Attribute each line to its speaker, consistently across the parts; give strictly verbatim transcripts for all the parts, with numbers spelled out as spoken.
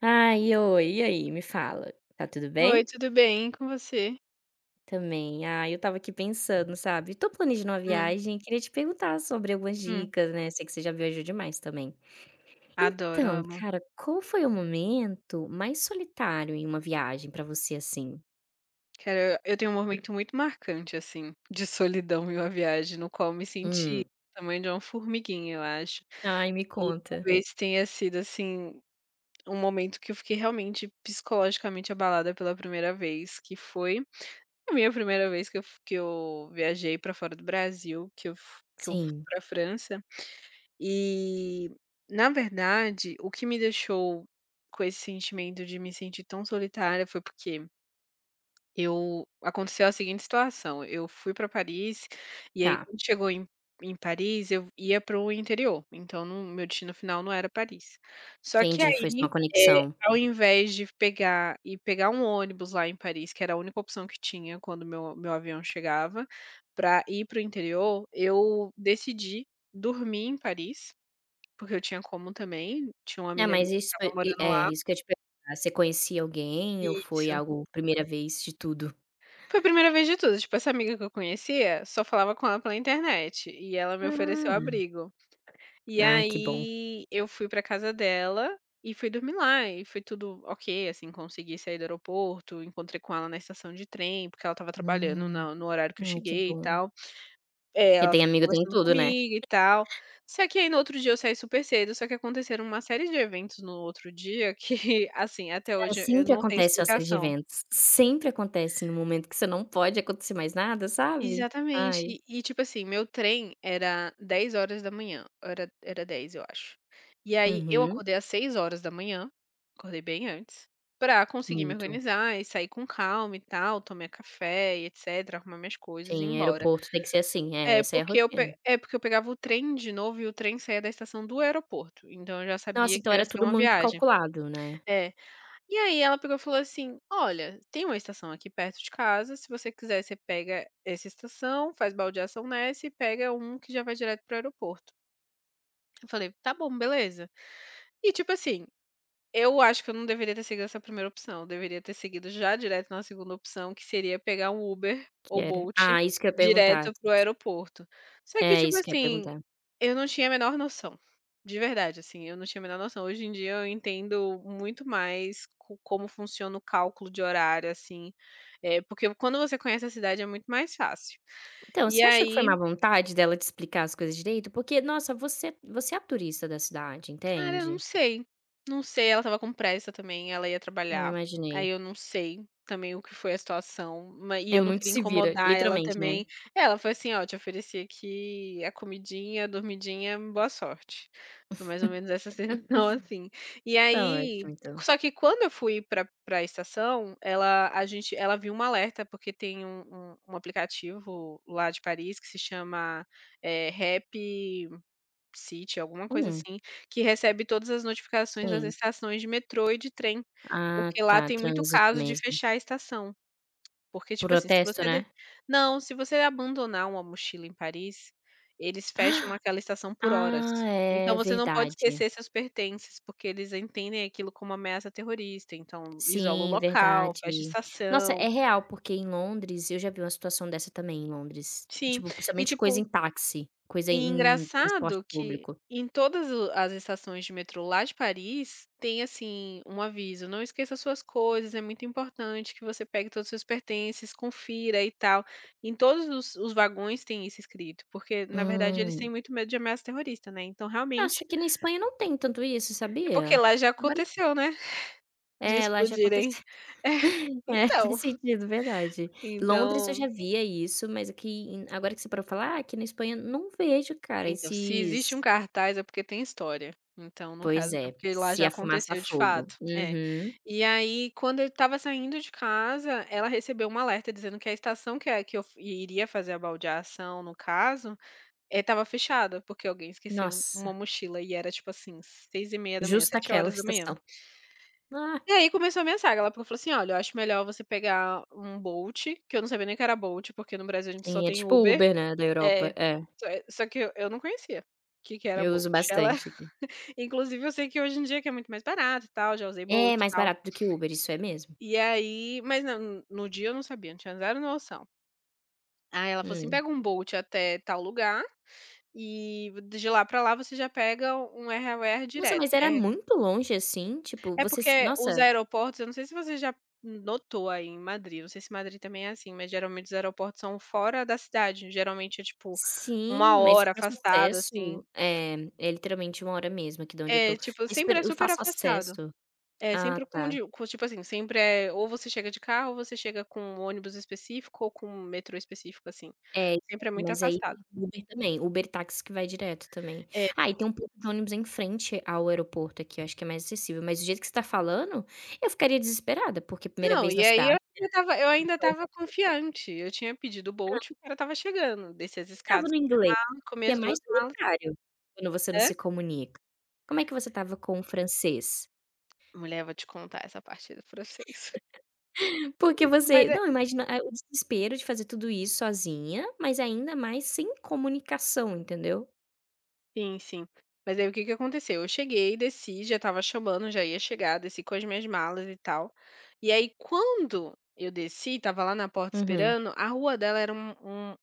Speaker 1: Ai, oi, e aí? Me fala, tá tudo
Speaker 2: Oi,
Speaker 1: bem?
Speaker 2: tudo bem? Com você?
Speaker 1: Também. Ah, eu tava aqui pensando, sabe? Tô planejando uma
Speaker 2: Hum.
Speaker 1: viagem e queria te perguntar sobre algumas
Speaker 2: Hum.
Speaker 1: dicas, né? Sei que você já viajou demais também.
Speaker 2: Adoro,
Speaker 1: Então,
Speaker 2: amo.
Speaker 1: cara, qual foi o momento mais solitário em uma viagem pra você assim?
Speaker 2: Cara, eu tenho um momento muito marcante, assim, de solidão em uma viagem, no qual eu me senti
Speaker 1: Hum.
Speaker 2: do tamanho de uma formiguinha, eu acho.
Speaker 1: Ai, me
Speaker 2: E
Speaker 1: conta.
Speaker 2: talvez tenha sido, assim, um momento que eu fiquei realmente psicologicamente abalada pela primeira vez, que foi a minha primeira vez que eu f que eu viajei pra fora do Brasil, que eu f que eu fui
Speaker 1: Sim,
Speaker 2: pra França. E, na verdade, o que me deixou com esse sentimento de me sentir tão solitária foi porque eu aconteceu a seguinte situação, eu fui para Paris, e aí
Speaker 1: tá.
Speaker 2: quando chegou em em Paris, eu ia para o interior, então não, meu destino final não era Paris. Só que
Speaker 1: Entendi, foi só
Speaker 2: aí,
Speaker 1: uma
Speaker 2: eh,
Speaker 1: conexão.
Speaker 2: ao invés de pegar e pegar um ônibus lá em Paris, que era a única opção que tinha quando meu meu avião chegava, para ir para o interior, eu decidi dormir em Paris porque eu tinha como também, tinha uma
Speaker 1: É,
Speaker 2: amiga minha
Speaker 1: mas
Speaker 2: que
Speaker 1: isso
Speaker 2: estava
Speaker 1: foi e
Speaker 2: morando
Speaker 1: é,
Speaker 2: lá.
Speaker 1: isso que eu ia te perguntar, você conhecia alguém ou foi
Speaker 2: Isso.
Speaker 1: algo primeira vez de tudo?
Speaker 2: Foi a primeira vez de tudo, tipo, essa amiga que eu conhecia, só falava com ela pela internet, e ela me ofereceu
Speaker 1: Ah.
Speaker 2: abrigo. E
Speaker 1: Ai, que bom.
Speaker 2: aí, eu fui pra casa dela, e fui dormir lá, e foi tudo ok, assim, consegui sair do aeroporto, encontrei com ela na estação de trem, porque ela estava trabalhando
Speaker 1: Hum.
Speaker 2: na no horário que eu
Speaker 1: Ai, que
Speaker 2: cheguei e
Speaker 1: bom.
Speaker 2: tal. É,
Speaker 1: Porque
Speaker 2: ela
Speaker 1: tem
Speaker 2: ficou
Speaker 1: amigo tem
Speaker 2: conversando
Speaker 1: tudo, né.
Speaker 2: comigo e tal. Só que aí no outro dia eu saí super cedo, só que aconteceram uma série de eventos no outro dia que, assim, até
Speaker 1: Cara,
Speaker 2: hoje eu
Speaker 1: sempre
Speaker 2: não tenho
Speaker 1: acontece uma série de
Speaker 2: explicação.
Speaker 1: eventos. Sempre acontece no momento que você não pode acontecer mais nada, sabe.
Speaker 2: Exatamente.
Speaker 1: Ai.
Speaker 2: E, e, tipo assim, meu trem era dez horas da manhã, era era dez, eu acho. E aí eu
Speaker 1: Uhum.
Speaker 2: acordei às seis horas da manhã, acordei bem antes, pra conseguir me
Speaker 1: Muito.
Speaker 2: organizar e sair com calma e tal, tomar café e etc, arrumar minhas coisas e ir
Speaker 1: Sim,
Speaker 2: embora.
Speaker 1: aeroporto tem que ser assim. É,
Speaker 2: É,
Speaker 1: essa é a
Speaker 2: porque eu
Speaker 1: rotina.
Speaker 2: pe é, porque eu pegava o trem de novo e o trem saía da estação do aeroporto, então eu já
Speaker 1: Nossa,
Speaker 2: sabia
Speaker 1: então
Speaker 2: que ia
Speaker 1: era
Speaker 2: ser
Speaker 1: tudo
Speaker 2: uma
Speaker 1: muito
Speaker 2: viagem.
Speaker 1: calculado, né,
Speaker 2: É. E aí ela pegou e falou assim: "Olha, tem uma estação aqui perto de casa, se você quiser você pega essa estação, faz baldeação nessa e pega um que já vai direto para o aeroporto". Eu falei: "Tá bom, beleza". E tipo assim, eu acho que eu não deveria ter seguido essa primeira opção, eu deveria ter seguido já direto na segunda opção, que seria pegar um Uber
Speaker 1: que
Speaker 2: ou
Speaker 1: era
Speaker 2: Bolt
Speaker 1: ah, isso que eu ia perguntar.
Speaker 2: direto para o aeroporto. Só que,
Speaker 1: É,
Speaker 2: tipo
Speaker 1: isso que eu ia
Speaker 2: assim,
Speaker 1: perguntar.
Speaker 2: eu não tinha a menor noção, de verdade, assim, eu não tinha a menor noção. Hoje em dia eu entendo muito mais co como funciona o cálculo de horário, assim, eh, porque quando você conhece a cidade é muito mais fácil.
Speaker 1: Então,
Speaker 2: E
Speaker 1: você achou que foi
Speaker 2: aí,
Speaker 1: má vontade dela te explicar as coisas direito? Porque, nossa, você você é a turista da cidade,
Speaker 2: cara, eu não
Speaker 1: entende.
Speaker 2: sei. Não sei, ela estava com pressa também, ela ia
Speaker 1: Não
Speaker 2: trabalhar.
Speaker 1: imaginei.
Speaker 2: Aí eu não sei também o que foi a situação, ma e
Speaker 1: É
Speaker 2: eu não
Speaker 1: muito
Speaker 2: queria
Speaker 1: se vira,
Speaker 2: incomodar ela
Speaker 1: literalmente, né.
Speaker 2: também. É, ela foi assim: "Ó, te ofereci aqui a comidinha, a dormidinha, boa sorte". Foi mais ou menos essa sensação, assim. E
Speaker 1: Tá ótimo
Speaker 2: aí,
Speaker 1: então.
Speaker 2: só que quando eu fui pra pra estação, ela a gente ela viu um alerta, porque tem um um um aplicativo lá de Paris que se chama, eh, Rap City, alguma coisa
Speaker 1: Hum,
Speaker 2: assim, que recebe todas as notificações das
Speaker 1: sim.
Speaker 2: estações de metrô e de trem,
Speaker 1: Ah,
Speaker 2: porque lá
Speaker 1: tá,
Speaker 2: tem muito
Speaker 1: trânsito
Speaker 2: caso de
Speaker 1: mesmo.
Speaker 2: fechar a estação. Porque, tipo assim, se
Speaker 1: Protesto,
Speaker 2: você de
Speaker 1: né?
Speaker 2: não, se você abandonar uma mochila em Paris, eles fecham aquela estação por horas.
Speaker 1: Ah,
Speaker 2: Então
Speaker 1: é
Speaker 2: você não pode
Speaker 1: verdade.
Speaker 2: esquecer seus pertences, porque eles entendem aquilo como ameaça terrorista, então isola o
Speaker 1: Sim,
Speaker 2: local, fecha a
Speaker 1: verdade. Nossa,
Speaker 2: estação.
Speaker 1: é real, porque em Londres eu já vi uma situação dessa também em Londres.
Speaker 2: Sim,
Speaker 1: Tipo,
Speaker 2: e
Speaker 1: principalmente coisa em
Speaker 2: tipo.
Speaker 1: táxi, coisa
Speaker 2: E
Speaker 1: em transporte
Speaker 2: engraçado que
Speaker 1: público.
Speaker 2: em todas o as estações de metrô lá de Paris, tem, assim, um aviso: "Não esqueça suas coisas, é muito importante que você pegue todos os seus pertences, confira e tal". Em todos os os vagões tem isso escrito, porque na verdade eles têm
Speaker 1: Hum.
Speaker 2: muito medo de ameaça terrorista, né, então
Speaker 1: Nossa,
Speaker 2: realmente
Speaker 1: aqui na Espanha não tem tanto isso,
Speaker 2: é porque
Speaker 1: sabia?
Speaker 2: lá já
Speaker 1: Agora
Speaker 2: aconteceu, né, de
Speaker 1: É, lá já
Speaker 2: explodirem.
Speaker 1: aconteceu.
Speaker 2: É,
Speaker 1: É,
Speaker 2: então.
Speaker 1: faz sentido, verdade. Londres eu já
Speaker 2: então
Speaker 1: via isso, mas aqui em agora que você parou pra falar, aqui na Espanha não vejo, cara,
Speaker 2: Então, se existe um
Speaker 1: esses
Speaker 2: cartaz é porque tem história. Então, no
Speaker 1: pois
Speaker 2: caso, foi
Speaker 1: é,
Speaker 2: porque lá
Speaker 1: se
Speaker 2: já
Speaker 1: a fumaça a
Speaker 2: aconteceu de
Speaker 1: fogo.
Speaker 2: fato. É.
Speaker 1: Uhum.
Speaker 2: E aí, quando ele estava saindo de casa, ela recebeu um alerta dizendo que a estação que a que eu f iria fazer a baldeação, no caso, eh, estava fechada, porque alguém esqueceu um- uma
Speaker 1: Nossa,
Speaker 2: mochila e era, tipo assim, seis e meia da manhã,
Speaker 1: justa
Speaker 2: sete
Speaker 1: aquela
Speaker 2: horas da manhã.
Speaker 1: estação. Ah,
Speaker 2: E aí começou a minha saga, ela pegou e falou assim: "Olha, eu acho melhor você pegar um Bolt", que eu não sabia nem que era Bolt, porque no Brasil a gente só
Speaker 1: sim, é
Speaker 2: tem
Speaker 1: tipo
Speaker 2: Uber.
Speaker 1: Uber, né, da
Speaker 2: É,
Speaker 1: Europa. É,
Speaker 2: só eh, só que eu eu não conhecia o que que era
Speaker 1: eu
Speaker 2: Bolt.
Speaker 1: uso
Speaker 2: Ela,
Speaker 1: bastante aqui.
Speaker 2: inclusive eu sei que hoje em dia que é muito mais barato e tal, já usei
Speaker 1: É
Speaker 2: Bolt e
Speaker 1: mais
Speaker 2: tal.
Speaker 1: barato do que Uber, isso é mesmo.
Speaker 2: E aí, mas não, no dia eu não sabia, não tinha zero noção. Aí ela falou assim:
Speaker 1: Hum.
Speaker 2: "Pega um Bolt até tal lugar e de lá pra lá você já pega um R A W
Speaker 1: Nossa,
Speaker 2: direto",
Speaker 1: mas
Speaker 2: que
Speaker 1: era
Speaker 2: é.
Speaker 1: muito longe, assim? Tipo,
Speaker 2: É
Speaker 1: você se
Speaker 2: porque os
Speaker 1: nossa.
Speaker 2: aeroportos, eu não sei se você já notou aí em Madrid, não sei se Madrid também é assim, mas geralmente os aeroportos são fora da cidade, geralmente é tipo
Speaker 1: Sim,
Speaker 2: uma
Speaker 1: mas o
Speaker 2: hora
Speaker 1: fácil
Speaker 2: afastado, assim.
Speaker 1: acesso é é literalmente uma hora mesmo aqui de onde eu tô.
Speaker 2: É, tipo,
Speaker 1: Mas
Speaker 2: sempre é
Speaker 1: pera, o
Speaker 2: super
Speaker 1: fácil
Speaker 2: afastado.
Speaker 1: acesso?
Speaker 2: É,
Speaker 1: Ah,
Speaker 2: sempre com um
Speaker 1: tá.
Speaker 2: de com, tipo assim, sempre é ou você chega de carro, ou você chega com um ônibus específico ou com um metrô específico, assim.
Speaker 1: É,
Speaker 2: Sempre é muito
Speaker 1: mas aí tem
Speaker 2: afastado.
Speaker 1: Uber também, Uber táxi que vai direto também.
Speaker 2: É.
Speaker 1: Ah, e tem um ponto de ônibus em frente ao aeroporto aqui, eu acho que é mais acessível, mas do jeito que você tá falando, eu ficaria desesperada, porque primeira
Speaker 2: Não,
Speaker 1: vez na
Speaker 2: e aí eu
Speaker 1: cidade,
Speaker 2: ainda estava eu
Speaker 1: tudo
Speaker 2: ainda
Speaker 1: sozinha,
Speaker 2: estava confiante, eu tinha pedido o Bolt, o cara estava chegando, desci as
Speaker 1: estava
Speaker 2: escadas,
Speaker 1: no inglês, o
Speaker 2: comi
Speaker 1: que é
Speaker 2: as
Speaker 1: mais
Speaker 2: duas malas.
Speaker 1: solitário, quando você não
Speaker 2: Hã?
Speaker 1: se comunica. Como é que você estava com o francês?
Speaker 2: Mulher, vou te contar essa parte do processo.
Speaker 1: Porque
Speaker 2: Mas
Speaker 1: você
Speaker 2: é.
Speaker 1: não, imagina, ah, o desespero de fazer tudo isso sozinha, mas ainda mais sem comunicação, entendeu?
Speaker 2: Sim, sim. Mas aí o que que aconteceu? Eu cheguei, desci, já estava chamando, já ia chegar, desci com as minhas malas e tal. E aí quando eu desci, estava lá na porta
Speaker 1: Uhum.
Speaker 2: esperando, a rua dela era um, um-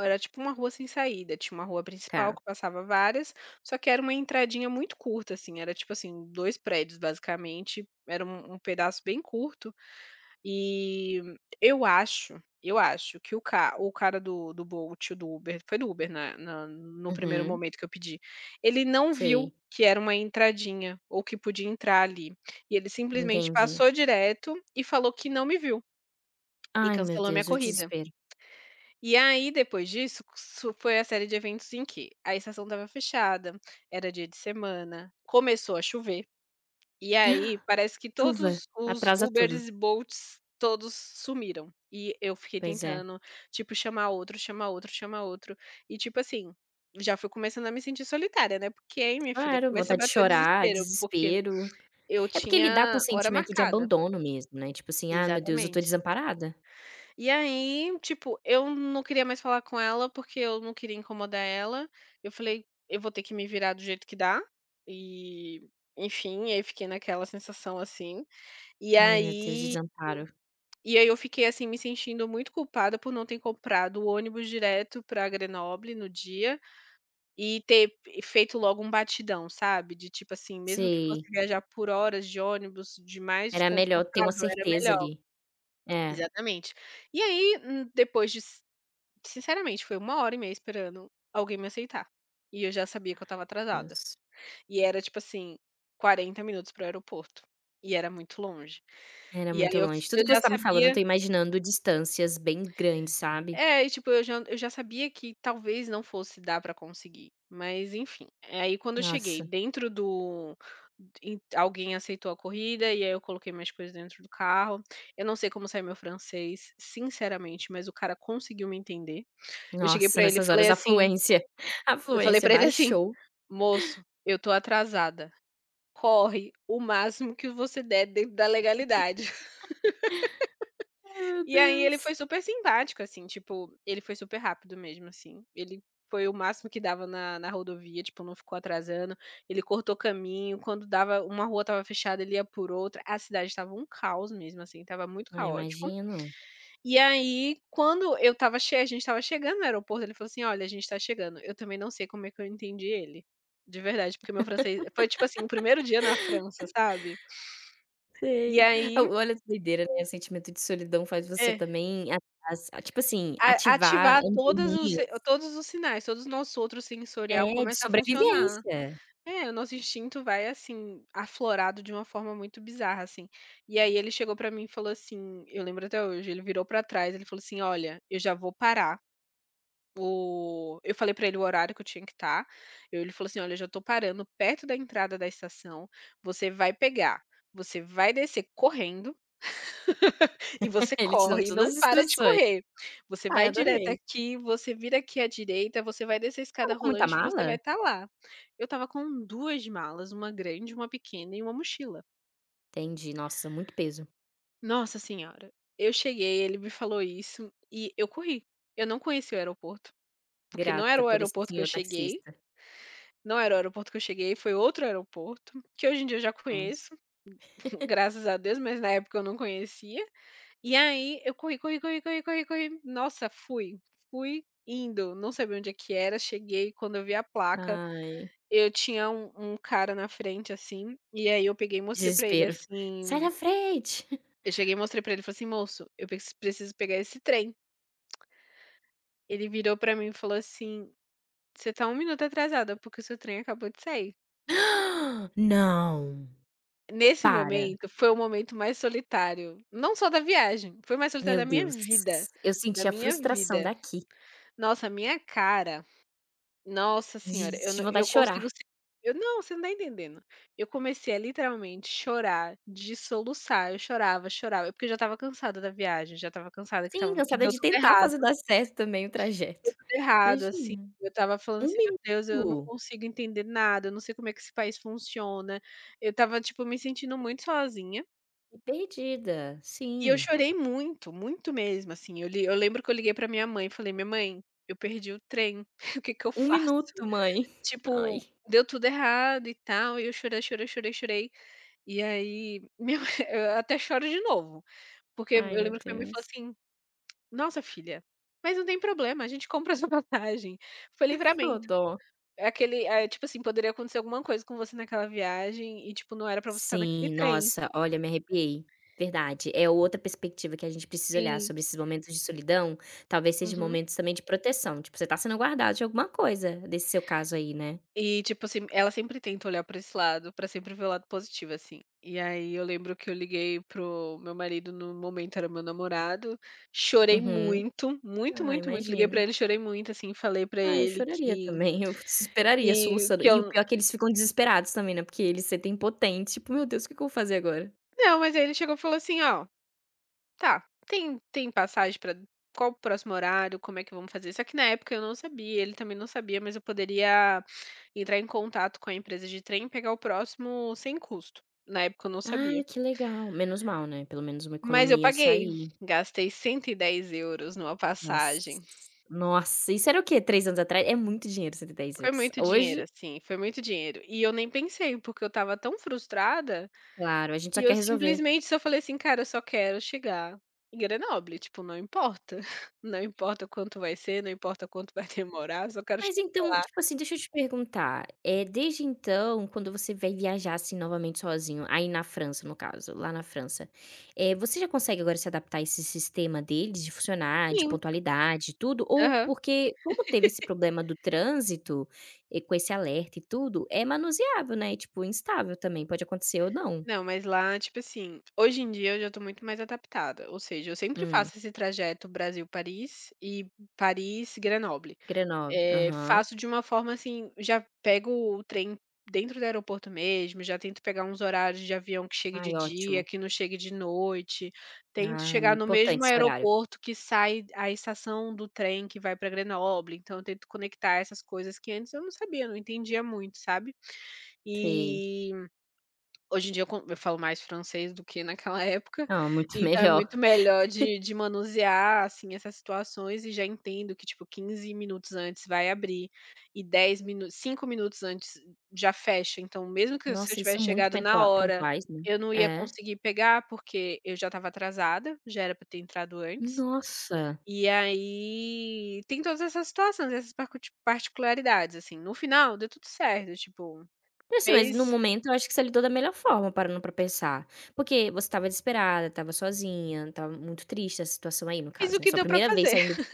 Speaker 2: era tipo uma rua sem saída. Tinha uma rua principal
Speaker 1: Tá.
Speaker 2: que passava várias, só que era uma entradinha muito curta, assim. Era tipo assim, dois prédios basicamente. Era um um pedaço bem curto. E eu acho eu acho que o ca o cara do do Bolt, do Uber, foi do Uber, né, na no primeiro
Speaker 1: Uhum.
Speaker 2: momento que eu pedi, ele não viu
Speaker 1: Sei.
Speaker 2: que era uma entradinha ou que podia entrar ali, e ele simplesmente
Speaker 1: Entendi.
Speaker 2: passou direto e falou que não me viu e
Speaker 1: Ai, meu
Speaker 2: cancelou minha
Speaker 1: Deus, o
Speaker 2: corrida.
Speaker 1: desespero.
Speaker 2: E aí depois disso, su foi a série de eventos em que a estação estava fechada, era dia de semana, começou a chover e aí parece que
Speaker 1: Chuva
Speaker 2: todos os
Speaker 1: atrasa tudo.
Speaker 2: Ubers e Bolts, todos sumiram. E eu fiquei
Speaker 1: Pois é.
Speaker 2: tentando, tipo, chamar outro, chamar outro, chamar outro. E, tipo assim, já fui começando a me sentir solitária, né, porque aí, minha filha,
Speaker 1: Claro,
Speaker 2: começa a
Speaker 1: vontade de
Speaker 2: bater o
Speaker 1: chorar,
Speaker 2: desespero, porque
Speaker 1: desespero.
Speaker 2: eu
Speaker 1: É porque lidar com o
Speaker 2: tinha hora
Speaker 1: sentimento de
Speaker 2: marcada.
Speaker 1: abandono mesmo, né, tipo assim: "Ah, meu Deus, eu tô
Speaker 2: Exatamente.
Speaker 1: desamparada".
Speaker 2: E aí, tipo, eu não queria mais falar com ela, porque eu não queria incomodar ela. Eu falei: "Eu vou ter que me virar do jeito que dá". E, enfim, aí fiquei naquela sensação assim. E
Speaker 1: Ai, meu Deus,
Speaker 2: aí
Speaker 1: desamparo.
Speaker 2: e aí eu fiquei, assim, me sentindo muito culpada por não ter comprado o ônibus direto para Grenoble no dia e ter e feito logo um batidão, sabe, de tipo assim, mesmo que fosse
Speaker 1: Sei.
Speaker 2: viajar por horas de ônibus, de mais
Speaker 1: Era melhor ter uma
Speaker 2: desconfortável, era
Speaker 1: certeza
Speaker 2: melhor.
Speaker 1: ali. É,
Speaker 2: Exatamente. E aí, hum, depois de s sinceramente, foi uma hora e meia esperando alguém me aceitar. E eu já sabia que eu estava atrasada.
Speaker 1: Deus.
Speaker 2: E era, tipo assim, quarenta minutos para o aeroporto. E era muito longe.
Speaker 1: Era
Speaker 2: E aí
Speaker 1: muito
Speaker 2: eu
Speaker 1: longe. Tudo
Speaker 2: eu
Speaker 1: que você
Speaker 2: já
Speaker 1: tá me falando, eu
Speaker 2: sabia.
Speaker 1: tô imaginando distâncias bem grandes, sabe.
Speaker 2: É, e tipo, eu já eu já sabia que talvez não fosse dar pra conseguir, mas enfim. É. Aí quando eu cheguei
Speaker 1: Nossa,
Speaker 2: dentro do em, alguém aceitou a corrida e aí eu coloquei minhas coisas dentro do carro. Eu não sei como sai meu francês, sinceramente, mas o cara conseguiu me entender. Eu cheguei
Speaker 1: nossa,
Speaker 2: pra ele, e
Speaker 1: nessas
Speaker 2: falei
Speaker 1: horas a
Speaker 2: assim
Speaker 1: fluência a
Speaker 2: eu falei
Speaker 1: fluência
Speaker 2: pra ele assim:
Speaker 1: baixou.
Speaker 2: "Moço, eu tô atrasada. Corre o máximo que você der dentro da legalidade".
Speaker 1: Ai, meu
Speaker 2: E aí ele
Speaker 1: Deus.
Speaker 2: foi super simpático, assim, tipo, ele foi super rápido mesmo, assim. Ele foi o máximo que dava na na rodovia, tipo, não ficou atrasando, ele cortou caminho, quando dava uma rua estava fechada, ele ia por outra, a cidade estava um caos mesmo, assim, estava muito
Speaker 1: Ah,
Speaker 2: caótico.
Speaker 1: imagino.
Speaker 2: E aí, quando eu estava che a gente estava chegando no aeroporto, ele falou assim: "Olha, a gente está chegando". Eu também não sei como é que eu entendi ele, de verdade, porque meu francês foi tipo assim, o primeiro dia na França, sabe. E
Speaker 1: Sei.
Speaker 2: aí,
Speaker 1: O Olha que doideira, né, o sentimento de solidão faz você
Speaker 2: é.
Speaker 1: também a as a- tipo assim,
Speaker 2: A
Speaker 1: ativar
Speaker 2: ativar todas os se
Speaker 1: anteninhas,
Speaker 2: todos os sinais, todos os nossos outros sensorial
Speaker 1: é, de
Speaker 2: começa a funcionar.
Speaker 1: sobrevivência.
Speaker 2: É, o nosso instinto vai, assim, aflorado de uma forma muito bizarra, assim. E aí ele chegou pra mim e falou assim, eu lembro até hoje, ele virou pra trás, ele falou assim: "Olha, eu já vou parar o" eu falei pra ele o horário que eu tinha que estar, ele falou assim: "Olha, eu já tô parando perto da entrada da estação, você vai pegar, você vai descer correndo e você
Speaker 1: Ele te dando
Speaker 2: corre,
Speaker 1: todas
Speaker 2: não
Speaker 1: as
Speaker 2: para de
Speaker 1: instruções.
Speaker 2: correr. Você
Speaker 1: Ai,
Speaker 2: vai direto
Speaker 1: adorei.
Speaker 2: aqui, você vira aqui à direita, você vai descer a escada
Speaker 1: Tava com muita
Speaker 2: rolante e você
Speaker 1: mala?
Speaker 2: vai estar lá". Eu estava com duas malas, uma grande, uma pequena e uma mochila.
Speaker 1: Entendi. Nossa, muito peso.
Speaker 2: Nossa senhora, eu cheguei, ele me falou isso e eu corri. Eu não conhecia o aeroporto, porque não
Speaker 1: Grata
Speaker 2: era o
Speaker 1: por esse
Speaker 2: aeroporto que eu
Speaker 1: senhor
Speaker 2: cheguei,
Speaker 1: taxista.
Speaker 2: não era o aeroporto que eu cheguei, foi outro aeroporto, que hoje em dia eu já
Speaker 1: Nossa.
Speaker 2: conheço, graças a Deus, mas na época eu não conhecia. E aí eu corri, corri, corri, corri, corri, corri. Nossa, fui, fui indo, não sabia onde é que era, cheguei, quando eu vi a placa,
Speaker 1: Ai.
Speaker 2: eu tinha um um cara na frente, assim, e aí eu peguei e mostrei pra ele,
Speaker 1: Desespero. "Sai
Speaker 2: assim,
Speaker 1: da frente!".
Speaker 2: eu cheguei e mostrei pra ele falei assim: "Moço, eu preci preciso pegar esse trem". Ele virou pra mim e falou assim: "Você tá um minuto atrasada, porque o seu trem acabou de sair".
Speaker 1: "Não,
Speaker 2: Nesse
Speaker 1: para".
Speaker 2: momento, foi o momento mais solitário, não só da viagem, foi o mais solitário
Speaker 1: Meu
Speaker 2: da minha
Speaker 1: Deus,
Speaker 2: vida,
Speaker 1: eu
Speaker 2: da
Speaker 1: senti a
Speaker 2: minha
Speaker 1: frustração
Speaker 2: vida.
Speaker 1: daqui,
Speaker 2: Nossa, a minha cara, nossa
Speaker 1: de
Speaker 2: senhora, eu
Speaker 1: de
Speaker 2: não
Speaker 1: vontade
Speaker 2: eu
Speaker 1: de
Speaker 2: consigo
Speaker 1: chorar.
Speaker 2: se eu não, você não tá entendendo. Eu comecei a literalmente chorar, de soluçar, eu chorava, chorava, porque eu já estava cansada da viagem, já estava cansada, que
Speaker 1: Sim,
Speaker 2: estava que
Speaker 1: cansada
Speaker 2: deu
Speaker 1: de
Speaker 2: tudo
Speaker 1: tentar
Speaker 2: errado,
Speaker 1: fazer dar certo também o
Speaker 2: deu
Speaker 1: trajeto.
Speaker 2: tudo errado, assim,
Speaker 1: Imagina,
Speaker 2: eu estava falando
Speaker 1: um
Speaker 2: assim: "Meu Deus, eu não
Speaker 1: minuto,
Speaker 2: consigo entender nada, eu não sei como é que esse país funciona". Eu estava, tipo, me sentindo muito sozinha,
Speaker 1: perdida.
Speaker 2: e eu
Speaker 1: Sim,
Speaker 2: chorei muito, muito mesmo, assim, eu li eu lembro que eu liguei pra minha mãe e falei: "Minha mãe, eu perdi o trem, o que que eu
Speaker 1: um
Speaker 2: faço?".
Speaker 1: minuto mãe".
Speaker 2: Tipo,
Speaker 1: Ai,
Speaker 2: deu tudo errado e tal, e eu chorei, chorei, chorei, chorei. E aí, meu, eu até choro de novo, porque eu
Speaker 1: ai meu
Speaker 2: lembro que minha mãe falou
Speaker 1: Deus,
Speaker 2: assim: "Nossa filha, mas não tem problema, a gente compra sua passagem". Foi
Speaker 1: ô
Speaker 2: livramento.
Speaker 1: dó.
Speaker 2: É aquele, é tipo assim, poderia acontecer alguma coisa com você naquela viagem e, tipo, não era pra você estar naquele
Speaker 1: Sim,
Speaker 2: trem.
Speaker 1: nossa, olha, me arrepiei. Verdade, é outra perspectiva que a gente precisa olhar
Speaker 2: Sim.
Speaker 1: sobre esses momentos de solidão, talvez seja
Speaker 2: Uhum.
Speaker 1: momentos também de proteção, tipo, você tá sendo guardado de alguma coisa, desse seu caso aí, né.
Speaker 2: E, tipo assim, ela sempre tenta olhar pra esse lado, pra sempre ver o lado positivo, assim. E aí eu lembro que eu liguei pro meu marido, no momento era meu namorado, chorei
Speaker 1: Uhum.
Speaker 2: muito, muito,
Speaker 1: Ah,
Speaker 2: muito, muito, liguei pra
Speaker 1: imagino.
Speaker 2: ele, chorei muito, assim, falei pra
Speaker 1: Ah, eu
Speaker 2: ele
Speaker 1: choraria
Speaker 2: que
Speaker 1: também, eu
Speaker 2: que
Speaker 1: desesperaria, soluçando.
Speaker 2: que eu
Speaker 1: E o pior é que eles ficam desesperados também, né, porque eles se sentem impotentes, tipo: "Meu Deus, o que que eu vou fazer agora?".
Speaker 2: não, mas aí ele chegou e falou assim: "Ó, tá, tem tem passagem pra qual o próximo horário, como é que vamos fazer?" Só que na época eu não sabia, ele também não sabia, mas eu poderia entrar em contato com a empresa de trem e pegar o próximo sem custo. Na época eu não
Speaker 1: Ah,
Speaker 2: sabia.
Speaker 1: que legal, menos mal, né, pelo menos uma
Speaker 2: Mas eu
Speaker 1: economia
Speaker 2: paguei,
Speaker 1: sair.
Speaker 2: gastei cento e dez euros numa
Speaker 1: Nossa,
Speaker 2: passagem.
Speaker 1: nossa, isso era o quê? Três anos atrás? É muito dinheiro, cento e dez
Speaker 2: Foi
Speaker 1: euros.
Speaker 2: muito dinheiro,
Speaker 1: Hoje
Speaker 2: assim, foi muito dinheiro. E eu nem pensei, porque eu estava tão frustrada,
Speaker 1: Claro, a gente
Speaker 2: que
Speaker 1: só quer
Speaker 2: eu
Speaker 1: resolver.
Speaker 2: simplesmente só falei assim: "Cara, eu só quero chegar em Grenoble, tipo, não importa, não importa quanto vai ser, não importa quanto vai demorar, só quero
Speaker 1: Mas
Speaker 2: chegar
Speaker 1: então,
Speaker 2: lá".
Speaker 1: tipo assim, deixa eu te perguntar, é desde então, quando você vai viajar, assim, novamente sozinho, aí na França, no caso, lá na França, eh, você já consegue agora se adaptar a esse sistema deles de funcionar, de
Speaker 2: Sim,
Speaker 1: pontualidade, tudo? Ou
Speaker 2: aham.
Speaker 1: porque como teve esse problema do trânsito, e com esse alerta e tudo, é manuseável, né, e, tipo, instável também, pode acontecer ou não.
Speaker 2: Não, mas lá, tipo assim, hoje em dia eu já estou muito mais adaptada, ou seja, eu sempre
Speaker 1: Hum,
Speaker 2: faço esse trajeto Brasil-Paris e Paris-Grenoble.
Speaker 1: Grenoble,
Speaker 2: Eh,
Speaker 1: aham.
Speaker 2: faço de uma forma assim, já pego o trem dentro do aeroporto mesmo, já tento pegar uns horários de avião que chegue de
Speaker 1: Ai,
Speaker 2: dia,
Speaker 1: ótimo.
Speaker 2: que não chegue de noite, tento
Speaker 1: Ah, é
Speaker 2: chegar
Speaker 1: muito
Speaker 2: no
Speaker 1: importante
Speaker 2: mesmo
Speaker 1: esse horário.
Speaker 2: aeroporto que sai a estação do trem que vai para Grenoble, então eu tento conectar essas coisas que antes eu não sabia, não entendia muito, sabe.
Speaker 1: Sei.
Speaker 2: E hoje em dia eu con eu falo mais francês do que naquela época,
Speaker 1: Ah, muito
Speaker 2: então é
Speaker 1: melhor.
Speaker 2: muito melhor de de manusear, assim, essas situações e já entendo que, tipo, quinze minutos antes vai abrir e dez minutos, cinco minutos antes já fecha, então mesmo que se eu
Speaker 1: Nossa, eles são
Speaker 2: tivesse
Speaker 1: muito
Speaker 2: chegado na
Speaker 1: pentua
Speaker 2: hora,
Speaker 1: pontuais, né.
Speaker 2: eu não ia
Speaker 1: É.
Speaker 2: conseguir pegar, porque eu já estava atrasada, já era pra ter entrado antes,
Speaker 1: Nossa!
Speaker 2: e aí tem todas essas situações, essas parcuti particularidades, assim. No final deu tudo certo, tipo,
Speaker 1: Assim, mas no
Speaker 2: fez
Speaker 1: momento eu acho que você lidou da melhor forma, parando pra pensar. Porque você estava desesperada, estava sozinha, estava muito triste a situação aí, no
Speaker 2: fiz
Speaker 1: caso,
Speaker 2: o
Speaker 1: né,
Speaker 2: que
Speaker 1: sua
Speaker 2: deu para
Speaker 1: primeira vez
Speaker 2: fazer.
Speaker 1: saindo.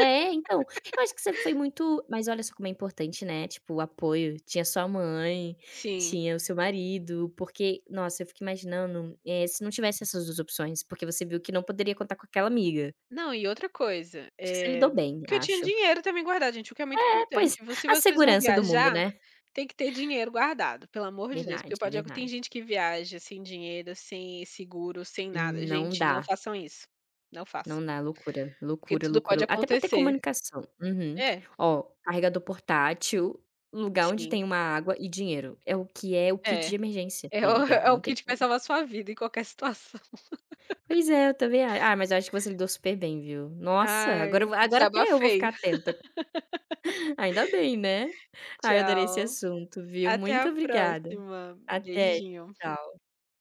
Speaker 1: É, então, eu acho que você foi muito mas olha só como é importante, né, tipo, o apoio. Tinha sua mãe,
Speaker 2: Sim.
Speaker 1: tinha o seu marido, porque, nossa, eu fico imaginando, eh, se não tivesse essas duas opções, porque você viu que não poderia contar com aquela amiga.
Speaker 2: Não, e outra coisa,
Speaker 1: Acho que você
Speaker 2: eh,
Speaker 1: lidou bem,
Speaker 2: porque eu tinha
Speaker 1: acho.
Speaker 2: dinheiro também guardado, gente, o que é muito
Speaker 1: É, pois,
Speaker 2: importante. Vo se
Speaker 1: a
Speaker 2: vocês vão
Speaker 1: segurança do mundo,
Speaker 2: viajar,
Speaker 1: né.
Speaker 2: tem que ter dinheiro guardado, pelo amor de Deus, porque
Speaker 1: Verdade,
Speaker 2: pode acon tem
Speaker 1: verdade.
Speaker 2: gente que viaja sem dinheiro, sem seguro, sem nada.
Speaker 1: Não
Speaker 2: Gente, não
Speaker 1: dá,
Speaker 2: façam isso, não façam,
Speaker 1: não dá, loucura,
Speaker 2: porque
Speaker 1: loucura,
Speaker 2: tudo
Speaker 1: loucura.
Speaker 2: pode
Speaker 1: Até pra ter
Speaker 2: acontecer.
Speaker 1: comunicação. Uhum.
Speaker 2: É,
Speaker 1: Ó, carregador portátil, lugar onde tem
Speaker 2: sim,
Speaker 1: uma água e dinheiro. É o que é o kit de
Speaker 2: é.
Speaker 1: emergência
Speaker 2: É
Speaker 1: pra
Speaker 2: o
Speaker 1: imigrar,
Speaker 2: é o
Speaker 1: não tem
Speaker 2: kit que vai
Speaker 1: como.
Speaker 2: salvar a sua vida em qualquer situação.
Speaker 1: Pois é, eu também a ah, mas eu acho que você lidou super bem, viu. Nossa, agora eu
Speaker 2: Ai,
Speaker 1: vou agora até eu vou ficar
Speaker 2: desabafei.
Speaker 1: atenta. Ainda bem, né. Ai, eu adorei esse
Speaker 2: Tchau,
Speaker 1: assunto, viu.
Speaker 2: até
Speaker 1: Muito
Speaker 2: a
Speaker 1: obrigada.
Speaker 2: próxima.
Speaker 1: Até,
Speaker 2: Beijinho.
Speaker 1: tchau.